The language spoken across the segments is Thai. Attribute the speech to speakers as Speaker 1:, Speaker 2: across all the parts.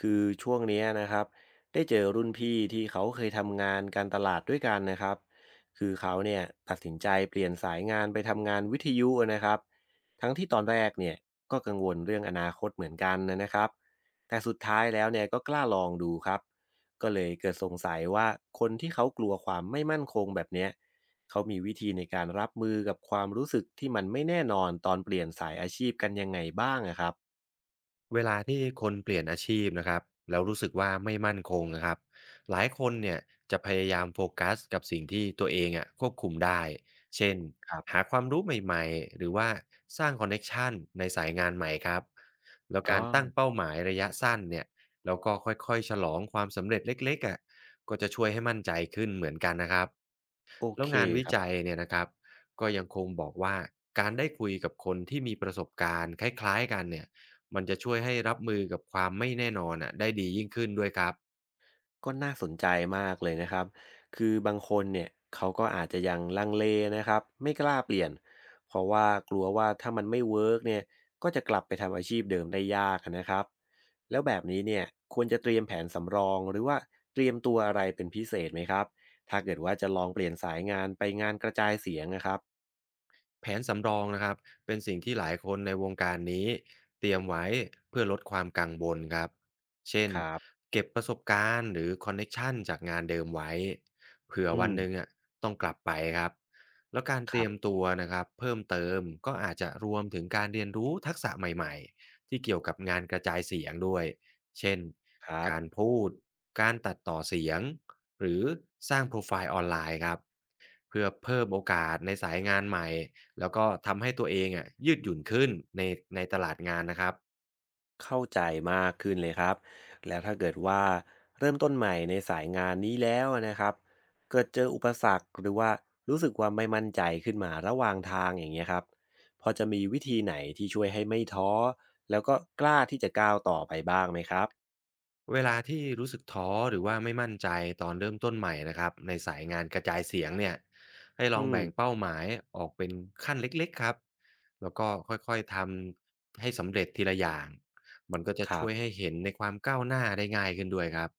Speaker 1: คือช่วงเนี้ยนะครับได้เจอรุ่นพี่ที่เขาเคยทำงานการตลาดด้วยกันนะครับคือเขาเนี่ยตัดสินใจเปลี่ยนสายงานไปทำงานวิทยุนะครับทั้งที่ตอนแรกเนี่ยก็กังวลเรื่องอนาคตเหมือนกันนะครับแต่สุดท้ายแล้วเนี่ยก็กล้าลองดูครับก็เลยเกิดสงสัยว่าคนที่เขากลัวความไม่มั่นคงแบบเนี้ยเขามีวิธีในการรับมือกับความรู้สึกที่มันไม่แน่นอนตอนเปลี่ยนสายอาชีพกันยังไงบ้างอะครับ
Speaker 2: เวลาที่คนเปลี่ยนอาชีพนะครับแล้วรู้สึกว่าไม่มั่นคงนะครับหลายคนเนี่ยจะพยายามโฟกัสกับสิ่งที่ตัวเองอะควบคุมได้เช่น
Speaker 1: ครับ
Speaker 2: หาความรู้ใหม่ๆหรือว่าสร้างคอนเน็กชันในสายงานใหม่ครับแล้ว
Speaker 1: อ๋
Speaker 2: การตั้ง
Speaker 1: อ
Speaker 2: เป้าหมายระยะสั้นเนี่ยแล้วก็ค่อยๆฉลองความสำเร็จเล็กๆอะก็จะช่วยให้มั่นใจขึ้นเหมือนกันนะครับ
Speaker 1: โอ
Speaker 2: แล้ว
Speaker 1: เค
Speaker 2: งานวิ
Speaker 1: ครั
Speaker 2: จัย
Speaker 1: บ
Speaker 2: เนี่ยนะครับก็ยังคงบอกว่าการได้คุยกับคนที่มีประสบการณ์คล้ายๆกันเนี่ยมันจะช่วยให้รับมือกับความไม่แน่นอนอะได้ดียิ่งขึ้นด้วยครับ
Speaker 1: ก็น่าสนใจมากเลยนะครับคือบางคนเนี่ยเขาก็อาจจะยังลังเลนะครับไม่กล้าเปลี่ยนเพราะว่ากลัวว่าถ้ามันไม่เวิร์กเนี่ยก็จะกลับไปทำอาชีพเดิมได้ยากนะครับแล้วแบบนี้เนี่ยควรจะเตรียมแผนสำรองหรือว่าเตรียมตัวอะไรเป็นพิเศษไหมครับถ้าเกิดว่าจะลองเปลี่ยนสายงานไปงานกระจายเสียงนะครับ
Speaker 2: แผนสำรองนะครับเป็นสิ่งที่หลายคนในวงการนี้เตรียมไว้เพื่อลดความกังวลครับเช่น
Speaker 1: ครับ
Speaker 2: เก็บประสบการณ์หรือคอนเน็ชันจากงานเดิมไว้เผื่อ
Speaker 1: อื
Speaker 2: วัน
Speaker 1: ม
Speaker 2: หนึ่งอ่ะต้องกลับไปครับแล้วการ
Speaker 1: ค
Speaker 2: เต
Speaker 1: รั
Speaker 2: รียม
Speaker 1: บ
Speaker 2: ตัวนะครับเพิ่มเติมก็อาจจะรวมถึงการเรียนรู้ทักษะใหม่ๆที่เกี่ยวกับงานกระจายเสียงด้วยเช่น
Speaker 1: ครับ
Speaker 2: การพูดการตัดต่อเสียงหรือสร้างโปรไฟล์ออนไลน์ครับเพื่อเพิ่มโอกาสในสายงานใหม่ แล้วก็ทำให้ตัวเองอะยืดหยุ่นขึ้นในในตลาดงานนะครับ
Speaker 1: เข้าใจมากขึ้นเลยครับแล้วถ้าเกิดว่าเริ่มต้นใหม่ในสายงานนี้แล้วนะครับเกิดเจออุปสรรคหรือว่ารู้สึกว่าไม่มั่นใจขึ้นมาระหว่างทางอย่างเงี้ยครับพอจะมีวิธีไหนที่ช่วยให้ไม่ท้อแล้วก็กล้าที่จะก้าวต่อไปบ้างไหมครับ
Speaker 2: เวลาที่รู้สึกท้อหรือว่าไม่มั่นใจตอนเริ่มต้นใหม่นะครับในสายงานกระจายเสียงเนี่ยให้ล
Speaker 1: อื
Speaker 2: อง
Speaker 1: ม
Speaker 2: แบ่งเป้าหมายออกเป็นขั้นเล็กๆครับแล้วก็ค่อยๆทำให้สำเร็จทีละอย่างมันก็จะ
Speaker 1: ครั
Speaker 2: ช่วย
Speaker 1: บ
Speaker 2: ให้เห็นในความก้าวหน้าได้ง่ายขึ้นด้วยครับ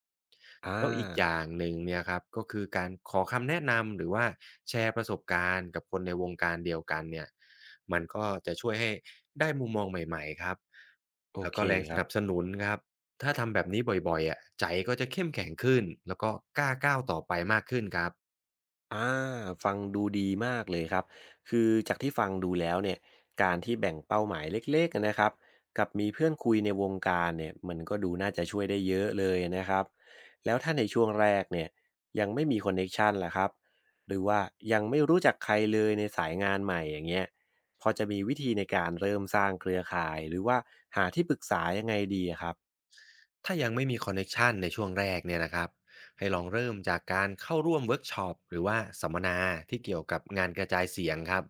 Speaker 1: อ่า
Speaker 2: แล้วอีกอย่างหนึ่งเนี่ยครับก็คือการขอคำแนะนำหรือว่าแชร์ประสบการณ์กับคนในวงการเดียวกันเนี่ยมันก็จะช่วยให้ได้มุมมองใหม่ๆครับ
Speaker 1: โอ
Speaker 2: แล้ว
Speaker 1: เค
Speaker 2: ก็แรง
Speaker 1: ค
Speaker 2: ส
Speaker 1: รับ
Speaker 2: นับสนุนครับ ถ้าทำแบบนี้บ่อยๆอะใจก็จะเข้มแข็งขึ้นแล้วก็กล้าก้าวต่อไปมากขึ้นครับ
Speaker 1: อาฟังดูดีมากเลยครับคือจากที่ฟังดูแล้วเนี่ยการที่แบ่งเป้าหมายเล็กๆนะครับกับมีเพื่อนคุยในวงการเนี่ยมันก็ดูน่าจะช่วยได้เยอะเลยนะครับแล้วถ้าในช่วงแรกเนี่ยยังไม่มีคอนเน็กชันล่ะครับหรือว่ายังไม่รู้จักใครเลยในสายงานใหม่อย่างเงี้ยพอจะมีวิธีในการเริ่มสร้างเครือข่ายหรือว่าหาที่ปรึกษายังไงดีอะครับ
Speaker 2: ถ้ายังไม่มีคอนเน็กชันในช่วงแรกเนี่ยนะครับให้ลองเริ่มจากการเข้าร่วมเวิร์กช็อปหรือว่าสัมมนาที่เกี่ยวกับงานกระจายเสียงครับ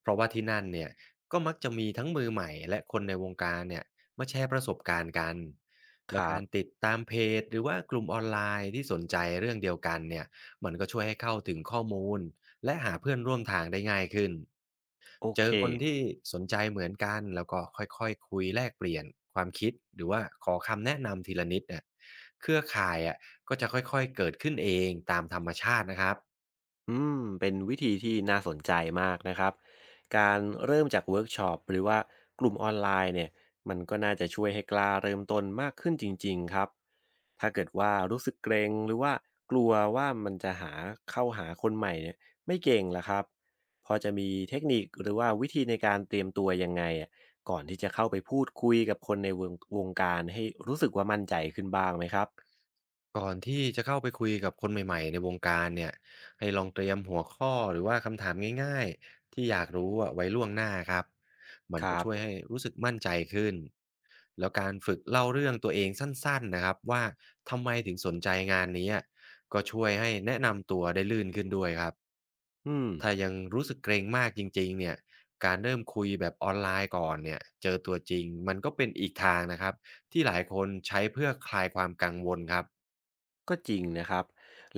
Speaker 2: เพราะว่าที่นั่นเนี่ยก็มักจะมีทั้งมือใหม่และคนในวงการเนี่ยมาแชร์ประสบการณ์กัน
Speaker 1: ค
Speaker 2: แล้ว
Speaker 1: รั
Speaker 2: กา
Speaker 1: บ
Speaker 2: รติดตามเพจหรือว่ากลุ่มออนไลน์ที่สนใจเรื่องเดียวกันเนี่ยมันก็ช่วยให้เข้าถึงข้อมูลและหาเพื่อนร่วมทางได้ง่ายขึ้น
Speaker 1: โอ
Speaker 2: เจ
Speaker 1: เค
Speaker 2: อคนที่สนใจเหมือนกันแล้วก็ค่อยๆคุยแลกเปลี่ยนความคิดหรือว่าขอคำแนะนำทีละนิดเนี่ยเครือข่ายอะก็จะค่อยๆเกิดขึ้นเองตามธรรมชาตินะครับ
Speaker 1: อืมเป็นวิธีที่น่าสนใจมากนะครับการเริ่มจากเวิร์กช็อปหรือว่ากลุ่มออนไลน์เนี่ยมันก็น่าจะช่วยให้กล้าเริ่มต้นมากขึ้นจริงๆครับถ้าเกิดว่ารู้สึกเกรงหรือว่ากลัวว่ามันจะหาเข้าหาคนใหม่เนี่ยไม่เก่งละครับพอจะมีเทคนิคหรือว่าวิธีในการเตรียมตัวยังไงอะก่อนที่จะเข้าไปพูดคุยกับคนในวงการให้รู้สึกว่ามั่นใจขึ้นบ้างไหมครับ
Speaker 2: ก่อนที่จะเข้าไปคุยกับคนใหม่ๆในวงการเนี่ยให้ลองเตรียมหัวข้อหรือว่าคำถามง่ายๆที่อยากรู้อะไว้ล่วงหน้าครับมั
Speaker 1: ค
Speaker 2: นจะ
Speaker 1: รั
Speaker 2: ช่วย
Speaker 1: บ
Speaker 2: ให้รู้สึกมั่นใจขึ้นแล้วการฝึกเล่าเรื่องตัวเองสั้นๆนะครับว่าทำไมถึงสนใจงานนี้อะก็ช่วยให้แนะนำตัวได้ลื่นขึ้นด้วยครับ
Speaker 1: อืม
Speaker 2: ถ้ายังรู้สึกเกรงมากจริงๆเนี่ยการเริ่มคุยแบบออนไลน์ก่อนเนี่ยเจอตัวจริงมันก็เป็นอีกทางนะครับที่หลายคนใช้เพื่อคลายความกังวลครับ
Speaker 1: ก็จริงนะครับ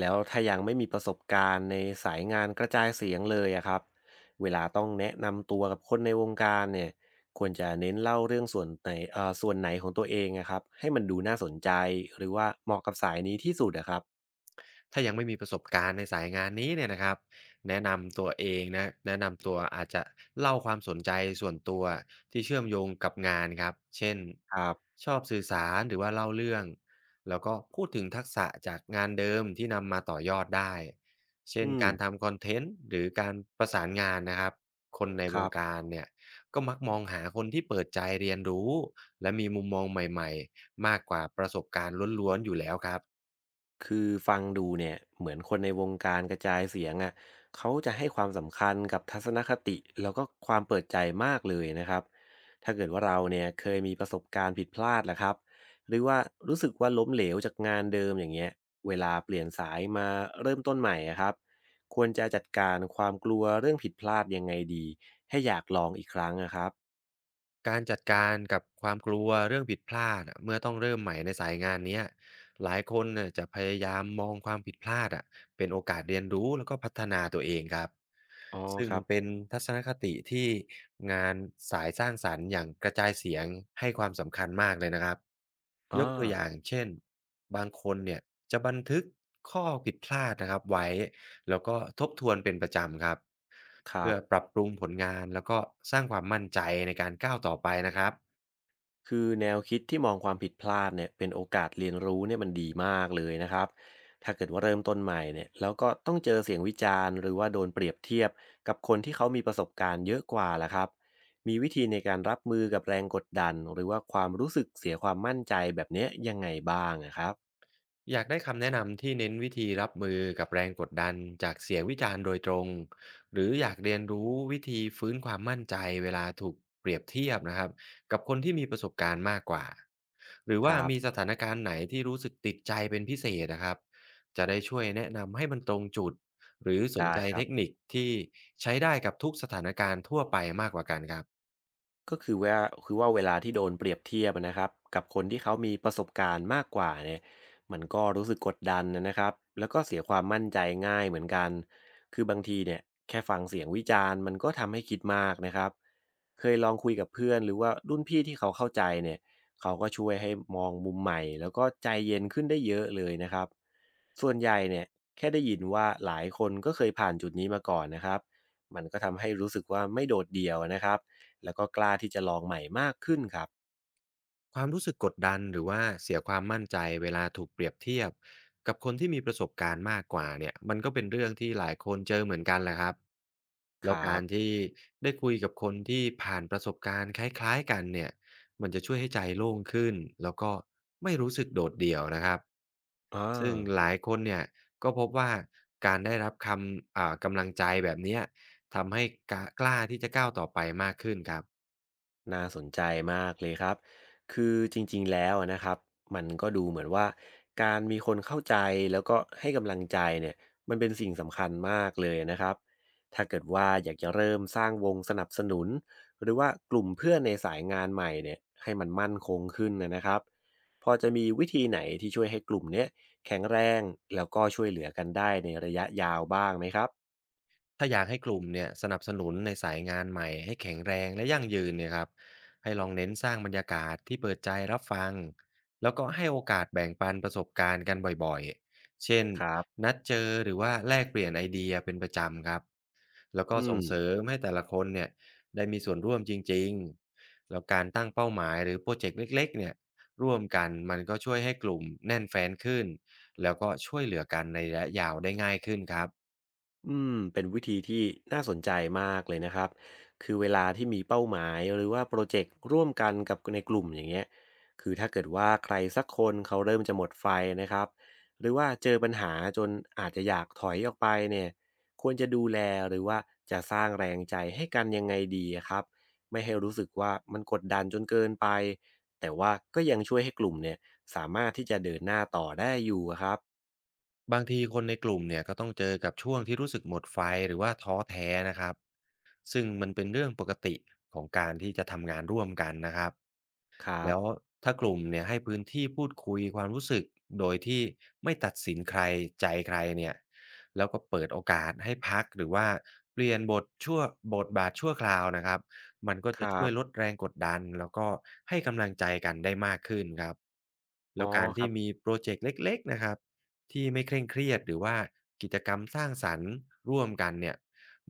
Speaker 1: แล้วถ้ายังไม่มีประสบการณ์ในสายงานกระจายเสียงเลยอะครับ เวลาต้องแนะนำตัวกับคนในวงการเนี่ย ควรจะเน้นเล่าเรื่องส่วนไหนส่วนไหนของตัวเองนะครับ ให้มันดูน่าสนใจหรือว่าเหมาะกับสายนี้ที่สุดอะครับ
Speaker 2: ถ้ายังไม่มีประสบการณ์ในสายงานนี้เนี่ยนะครับแนะนำตัวเองนะแนะนำตัวอาจจะเล่าความสนใจส่วนตัวที่เชื่อมโยงกับงานครับเช่น
Speaker 1: ครับ
Speaker 2: ชอบสื่อสารหรือว่าเล่าเรื่องแล้วก็พูดถึงทักษะจากงานเดิมที่นำมาต่อยอดได้เช่น
Speaker 1: อืม
Speaker 2: การทำคอนเทนต์หรือการประสานงานนะครับคนใน
Speaker 1: ค
Speaker 2: ว
Speaker 1: รั
Speaker 2: ง
Speaker 1: บ
Speaker 2: การเนี่ยก็มักมองหาคนที่เปิดใจเรียนรู้และมีมุมมองใหม่ๆมากกว่าประสบการณ์ล้วนๆอยู่แล้วครับ
Speaker 1: คือฟังดูเนี่ยเหมือนคนในวงการกระจายเสียงอ่ะเขาจะให้ความสำคัญกับทัศนคติแล้วก็ความเปิดใจมากเลยนะครับถ้าเกิดว่าเราเนี่ยเคยมีประสบการณ์ผิดพลาดแหละครับหรือว่ารู้สึกว่าล้มเหลวจากงานเดิมอย่างเงี้ยเวลาเปลี่ยนสายมาเริ่มต้นใหม่อะครับควรจะจัดการความกลัวเรื่องผิดพลาดยังไงดีให้อยากลองอีกครั้งนะครับ
Speaker 2: การจัดการกับความกลัวเรื่องผิดพลาดอะเมื่อต้องเริ่มใหม่ในสายงานเนี้ยหลายคนน่ะจะพยายามมองความผิดพลาดอะเป็นโอกาสเรียนรู้แล้วก็พัฒนาตัวเองครับ
Speaker 1: อ๋อ
Speaker 2: ซึ่ง
Speaker 1: ครั
Speaker 2: มั
Speaker 1: บ
Speaker 2: นเป็นทัศนคติที่งานสายสร้างสรรค์อย่างกระจายเสียงให้ความสำคัญมากเลยนะครับ
Speaker 1: อ๋
Speaker 2: ย
Speaker 1: อ
Speaker 2: กตัวอย่างเช่นบางคนเนี่ยจะบันทึกข้อผิดพลาดนะครับไว้แล้วก็ทบทวนเป็นประจำครับ
Speaker 1: ครั
Speaker 2: เพื่อปรั
Speaker 1: บ
Speaker 2: บปรุงผลงานแล้วก็สร้างความมั่นใจในการก้าวต่อไปนะครับ
Speaker 1: คือแนวคิดที่มองความผิดพลาดเนี่ยเป็นโอกาสเรียนรู้เนี่ยมันดีมากเลยนะครับถ้าเกิดว่าเริ่มต้นใหม่เนี่ยแล้วก็ต้องเจอเสียงวิจารณ์หรือว่าโดนเปรียบเทียบกับคนที่เขามีประสบการณ์เยอะกว่าล่ะครับมีวิธีในการรับมือกับแรงกดดันหรือว่าความรู้สึกเสียความมั่นใจแบบเนี้ยยังไงบ้างอะครับ
Speaker 2: อยากได้คำแนะนำที่เน้นวิธีรับมือกับแรงกดดันจากเสียงวิจารณ์โดยตรงหรืออยากเรียนรู้วิธีฟื้นความมั่นใจเวลาถูกเปรียบเทียบนะครับกับคนที่มีประสบการณ์มากกว่าหรือ
Speaker 1: ค
Speaker 2: ว่า
Speaker 1: รับ
Speaker 2: มีสถานการณ์ไหนที่รู้สึกติดใจเป็นพิเศษนะครับจะได้ช่วยแนะนำให้มันตรงจุดหรือสน
Speaker 1: ได้
Speaker 2: ใจ
Speaker 1: ครั
Speaker 2: เท
Speaker 1: บ
Speaker 2: คนิคที่ใช้ได้กับทุกสถานการณ์ทั่วไปมากกว่ากันครับ
Speaker 1: ก็คือว่าเวลาที่โดนเปรียบเทียบอะนะครับกับคนที่เขามีประสบการณ์มากกว่าเนี่ยมันก็รู้สึกกดดันนะครับแล้วก็เสียความมั่นใจง่ายเหมือนกันคือบางทีเนี่ยแค่ฟังเสียงวิจารณ์มันก็ทำให้คิดมากนะครับเคยลองคุยกับเพื่อนหรือว่ารุ่นพี่ที่เขาเข้าใจเนี่ยเขาก็ช่วยให้มองมุมใหม่แล้วก็ใจเย็นขึ้นได้เยอะเลยนะครับส่วนใหญ่เนี่ยแค่ได้ยินว่าหลายคนก็เคยผ่านจุดนี้มาก่อนนะครับมันก็ทำให้รู้สึกว่าไม่โดดเดี่ยวนะครับ แล้วก็กล้าที่จะลองใหม่มากขึ้นครับ
Speaker 2: ความรู้สึกกดดันหรือว่าเสียความมั่นใจเวลาถูกเปรียบเทียบกับคนที่มีประสบการณ์มากกว่าเนี่ยมันก็เป็นเรื่องที่หลายคนเจอเหมือนกันแหละครับ
Speaker 1: ค
Speaker 2: แล้ว
Speaker 1: รั
Speaker 2: การ
Speaker 1: บ
Speaker 2: ที่ได้คุยกับคนที่ผ่านประสบการณ์คล้ายๆกันเนี่ยมันจะช่วยให้ใจโล่งขึ้นแล้วก็ไม่รู้สึกโดดเดี่ยวนะครับ
Speaker 1: อา
Speaker 2: ซึ่งหลายคนเนี่ยก็พบว่าการได้รับคำกำลังใจแบบเนี้ยทำให้กล้าที่จะก้าวต่อไปมากขึ้นครับ
Speaker 1: น่าสนใจมากเลยครับคือจริงๆแล้วนะครับมันก็ดูเหมือนว่าการมีคนเข้าใจแล้วก็ให้กำลังใจเนี่ยมันเป็นสิ่งสำคัญมากเลยนะครับถ้าเกิดว่าอยากจะเริ่มสร้างวงสนับสนุนหรือว่ากลุ่มเพื่อนในสายงานใหม่เนี่ยให้มันมั่นคงขึ้นนะครับพอจะมีวิธีไหนที่ช่วยให้กลุ่มเนี้ยแข็งแรงแล้วก็ช่วยเหลือกันได้ในระยะยาวบ้างไหมครับ
Speaker 2: ถ้าอยากให้กลุ่มเนี่ยสนับสนุนในสายงานใหม่ให้แข็งแรงและยั่งยืนเนี่ยครับให้ลองเน้นสร้างบรรยากาศที่เปิดใจรับฟังแล้วก็ให้โอกาสแบ่งปันประสบการณ์กันบ่อยๆเช่น
Speaker 1: ครับ
Speaker 2: นัดเจอหรือว่าแลกเปลี่ยนไอเดียเป็นประจำครับแล้วก็
Speaker 1: อื
Speaker 2: ส่งเสริ
Speaker 1: ม
Speaker 2: มให้แต่ละคนเนี่ยได้มีส่วนร่วมจริงๆแล้วการตั้งเป้าหมายหรือโปรเจกต์เล็กๆเนี่ยร่วมกันมันก็ช่วยให้กลุ่มแน่นแฟนขึ้นแล้วก็ช่วยเหลือกันในระยะยาวได้ง่ายขึ้นครับ
Speaker 1: อืมเป็นวิธีที่น่าสนใจมากเลยนะครับคือเวลาที่มีเป้าหมายหรือว่าโปรเจกต์ร่วมกันกับในกลุ่มอย่างเงี้ยคือถ้าเกิดว่าใครสักคนเขาเริ่มจะหมดไฟนะครับหรือว่าเจอปัญหาจนอาจจะอยากถอยออกไปเนี่ยควรจะดูแลหรือว่าจะสร้างแรงใจให้กันยังไงดีอะครับไม่ให้รู้สึกว่ามันกดดันจนเกินไปแต่ว่าก็ยังช่วยให้กลุ่มเนี่ยสามารถที่จะเดินหน้าต่อได้อยู่อะครับ
Speaker 2: บางทีคนในกลุ่มเนี่ยก็ต้องเจอกับช่วงที่รู้สึกหมดไฟหรือว่าท้อแท้นะครับซึ่งมันเป็นเรื่องปกติของการที่จะทำงานร่วมกันนะครับ
Speaker 1: ครับ
Speaker 2: แล้วถ้ากลุ่มเนี่ยให้พื้นที่พูดคุยความรู้สึกโดยที่ไม่ตัดสินใครใจใครเนี่ยแล้วก็เปิดโอกาสให้พักหรือว่าเปลี่ยนบทบาทชั่วคราวนะครับมันก็
Speaker 1: ค
Speaker 2: จะ
Speaker 1: รั
Speaker 2: ช่วย
Speaker 1: บ
Speaker 2: ลดแรงกดดันแล้วก็ให้กำลังใจกันได้มากขึ้นครับ
Speaker 1: อ๋อ
Speaker 2: แล้วการ
Speaker 1: ครั
Speaker 2: ที่มี
Speaker 1: บ
Speaker 2: โปรเจกต์เล็กๆนะครับที่ไม่เคร่งเครียดหรือว่ากิจกรรมสร้างสรรค์ร่วมกันเนี่ย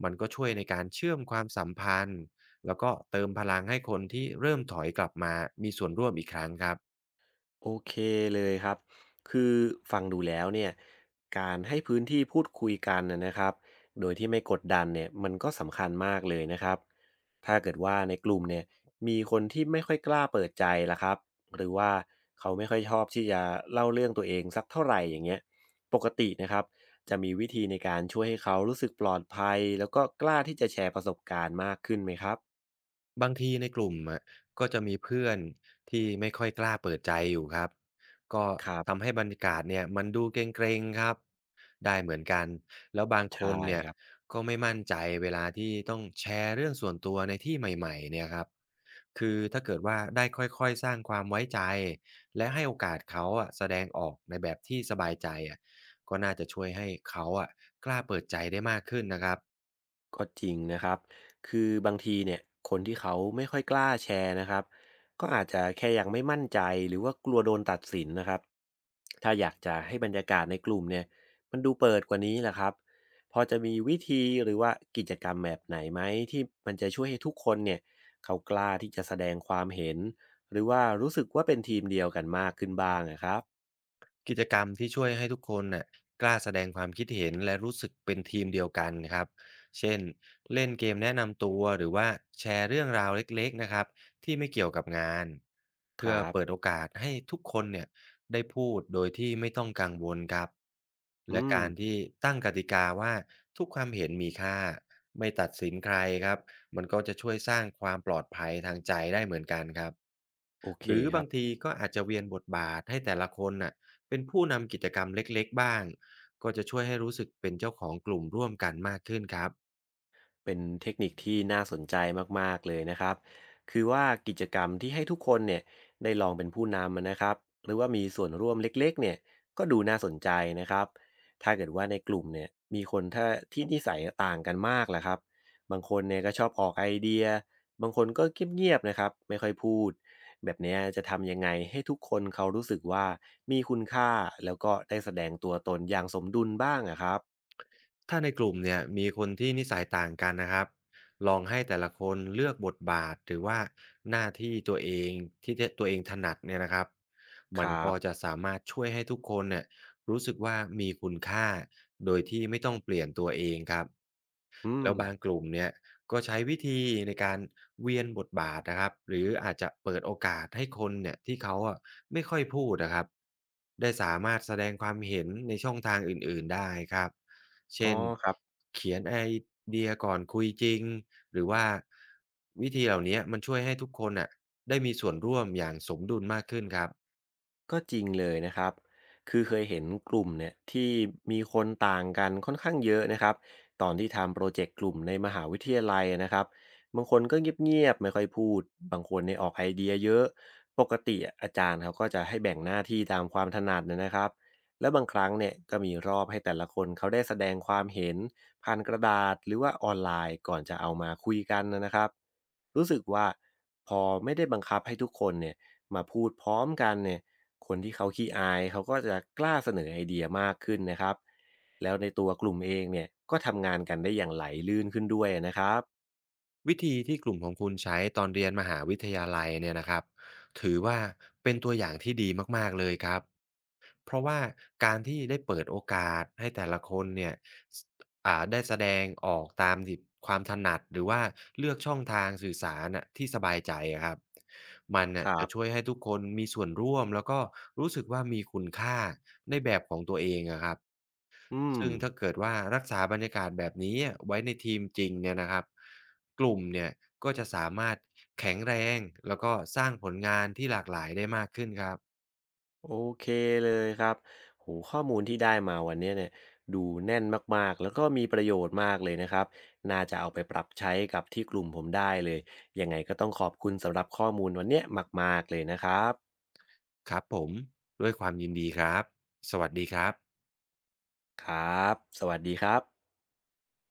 Speaker 2: มันก็ช่วยในการเชื่อมความสัมพันธ์ แล้วก็เติมพลังให้คนที่เริ่มถอยกลับมามีส่วนร่วมอีกครั้งครับ
Speaker 1: โอเคเลยครับ คือฟังดูแล้วเนี่ยการให้พื้นที่พูดคุยกันนะครับโดยที่ไม่กดดันเนี่ยมันก็สำคัญมากเลยนะครับถ้าเกิดว่าในกลุ่มเนี่ยมีคนที่ไม่ค่อยกล้าเปิดใจละครับหรือว่าเขาไม่ค่อยชอบที่จะเล่าเรื่องตัวเองสักเท่าไหร่อย่างเงี้ยปกตินะครับจะมีวิธีในการช่วยให้เขารู้สึกปลอดภัยแล้วก็กล้าที่จะแชร์ประสบการณ์มากขึ้นไหมครับ
Speaker 2: บางทีในกลุ่มอะก็จะมีเพื่อนที่ไม่ค่อยกล้าเปิดใจอยู่ครับก็
Speaker 1: ครั
Speaker 2: ทำ
Speaker 1: บ
Speaker 2: ให้บรรยากาศเนี่ยมันดูเกรงๆครับได้เหมือนกันแล้วบางค
Speaker 1: ใช่
Speaker 2: นเนี่ย
Speaker 1: ครับ
Speaker 2: ก็ไม่มั่นใจเวลาที่ต้องแชร์เรื่องส่วนตัวในที่ใหม่ๆเนี่ยครับ คือถ้าเกิดว่าได้ค่อยๆสร้างความไว้ใจและให้โอกาสเขาอะแสดงออกในแบบที่สบายใจอะก็น่าจะช่วยให้เขาอะกล้าเปิดใจได้มากขึ้นนะครับ
Speaker 1: ก็จริงนะครับคือบางทีเนี่ยคนที่เขาไม่ค่อยกล้าแชร์นะครับก็อาจจะแค่ยังไม่มั่นใจหรือว่ากลัวโดนตัดสินนะครับถ้าอยากจะให้บรรยากาศในกลุ่มเนี่ยมันดูเปิดกว่านี้แหละครับพอจะมีวิธีหรือว่ากิจกรรมแบบไหนไหมที่มันจะช่วยให้ทุกคนเนี่ยเขากล้าที่จะแสดงความเห็นหรือว่ารู้สึกว่าเป็นทีมเดียวกันมากขึ้นบ้างนะครับ
Speaker 2: กิจกรรมที่ช่วยให้ทุกคนน่ะกล้าแสดงความคิดเห็นและรู้สึกเป็นทีมเดียวกันครับเช่นเล่นเกมแนะนำตัวหรือว่าแชร์เรื่องราวเล็กๆนะครับที่ไม่เกี่ยวกับงาน
Speaker 1: ค
Speaker 2: เพื่อ
Speaker 1: รับ
Speaker 2: เปิดโอกาสให้ทุกคนเนี่ยได้พูดโดยที่ไม่ต้องกังวลครับและ
Speaker 1: อืม
Speaker 2: การที่ตั้งกติกาว่าทุกความเห็นมีค่าไม่ตัดสินใครครับมันก็จะช่วยสร้างความปลอดภัยทางใจได้เหมือนกันครับ
Speaker 1: โอเค
Speaker 2: หรือ
Speaker 1: ค
Speaker 2: บา
Speaker 1: รับ
Speaker 2: งทีก็อาจจะเวียนบทบาทให้แต่ละคนน่ะเป็นผู้นำกิจกรรมเล็กๆบ้างก็จะช่วยให้รู้สึกเป็นเจ้าของกลุ่มร่วมกันมากขึ้นครับ
Speaker 1: เป็นเทคนิคที่น่าสนใจมากๆเลยนะครับคือว่ากิจกรรมที่ให้ทุกคนเนี่ยได้ลองเป็นผู้นำอะนะครับหรือว่ามีส่วนร่วมเล็กๆเนี่ยก็ดูน่าสนใจนะครับถ้าเกิดว่าในกลุ่มเนี่ยมีคนถ้าที่นิสัยต่างกันมากล่ะครับบางคนเนี่ยก็ชอบออกไอเดียบางคนก็เงียบๆนะครับไม่ค่อยพูดแบบเนี้ยจะทำยังไงให้ทุกคนเขารู้สึกว่ามีคุณค่าแล้วก็ได้แสดงตัวตนอย่างสมดุลบ้างอะครับ
Speaker 2: ถ้าในกลุ่มเนี่ยมีคนที่นิสัยต่างกันนะครับลองให้แต่ละคนเลือกบทบาทหรือว่าหน้าที่ตัวเองที่จะตัวเองถนัดเนี่ยนะครับ
Speaker 1: ค
Speaker 2: มัน
Speaker 1: รั
Speaker 2: ก็
Speaker 1: บ
Speaker 2: จะสามารถช่วยให้ทุกคนเนี่ยรู้สึกว่ามีคุณค่าโดยที่ไม่ต้องเปลี่ยนตัวเองครับ
Speaker 1: อืม
Speaker 2: แล้วบางกลุ่มเนี่ยก็ใช้วิธีในการเวียนบทบาทนะครับหรืออาจจะเปิดโอกาสให้คนเนี่ยที่เขาอะไม่ค่อยพูดนะครับได้สามารถแสดงความเห็นในช่องทางอื่นๆได้ครับ
Speaker 1: อ๋
Speaker 2: เช่
Speaker 1: อ
Speaker 2: น
Speaker 1: ครับ
Speaker 2: เขียนไอเดียก่อนคุยจริงหรือว่าวิธีเหล่าเนี้ยมันช่วยให้ทุกคนน่ะได้มีส่วนร่วมอย่างสมดุลมากขึ้นครับ
Speaker 1: ก็จริงเลยนะครับคือเคยเห็นกลุ่มเนี่ยที่มีคนต่างกันค่อนข้างเยอะนะครับตอนที่ทำโปรเจกต์กลุ่มในมหาวิทยาลัยนะครับบางคนก็เงียบๆไม่ค่อยพูดบางคนเนี่ยออกไอเดียเยอะปกติอาจารย์เขาก็จะให้แบ่งหน้าที่ตามความถนัดนะครับแล้วบางครั้งเนี่ยก็มีรอบให้แต่ละคนเขาได้แสดงความเห็นผ่านกระดาษหรือว่าออนไลน์ก่อนจะเอามาคุยกันนะครับรู้สึกว่าพอไม่ได้บังคับให้ทุกคนเนี่ยมาพูดพร้อมกันเนี่ย คนที่เขาขี้อายเขาก็จะกล้าเสนอไอเดียมากขึ้นนะครับแล้วในตัวกลุ่มเองเนี่ยก็ทำงานกันได้อย่างไหลลื่นขึ้นด้วยนะครับ
Speaker 2: วิธีที่กลุ่มของคุณใช้ตอนเรียนมหาวิทยาลัยเนี่ยนะครับถือว่าเป็นตัวอย่างที่ดีมากๆเลยครับเพราะว่าการที่ได้เปิดโอกาสให้แต่ละคนเนี่ยสอ่าได้แสดงออกตามที่ความถนัดหรือว่าเลือกช่องทางสื่อสารน่ะที่สบายใจอะครับมัน
Speaker 1: ค
Speaker 2: น่ะ
Speaker 1: รั
Speaker 2: จะ
Speaker 1: บ
Speaker 2: ช่วยให้ทุกคนมีส่วนร่วมแล้วก็รู้สึกว่ามีคุณค่าในแบบของตัวเองอะครับ
Speaker 1: อืม
Speaker 2: ซึ่งถ้าเกิดว่ารักษาบรรยากาศแบบนี้อะไว้ในทีมจริงเนี่ยนะครับกลุ่มเนี่ยก็จะสามารถแข็งแรงแล้วก็สร้างผลงานที่หลากหลายได้มากขึ้นครับ
Speaker 1: โอเคเลยครับโหข้อมูลที่ได้มาวันนี้เนี่ยดูแน่นมากๆแล้วก็มีประโยชน์มากเลยนะครับน่าจะเอาไปปรับใช้กับที่กลุ่มผมได้เลยยังไงก็ต้องขอบคุณสำหรับข้อมูลวันเนี้ยมากๆเลยนะครับ
Speaker 2: ครับผมด้วยความยินดีครับสวัสดีครับ
Speaker 1: ครับสวัสดีครับ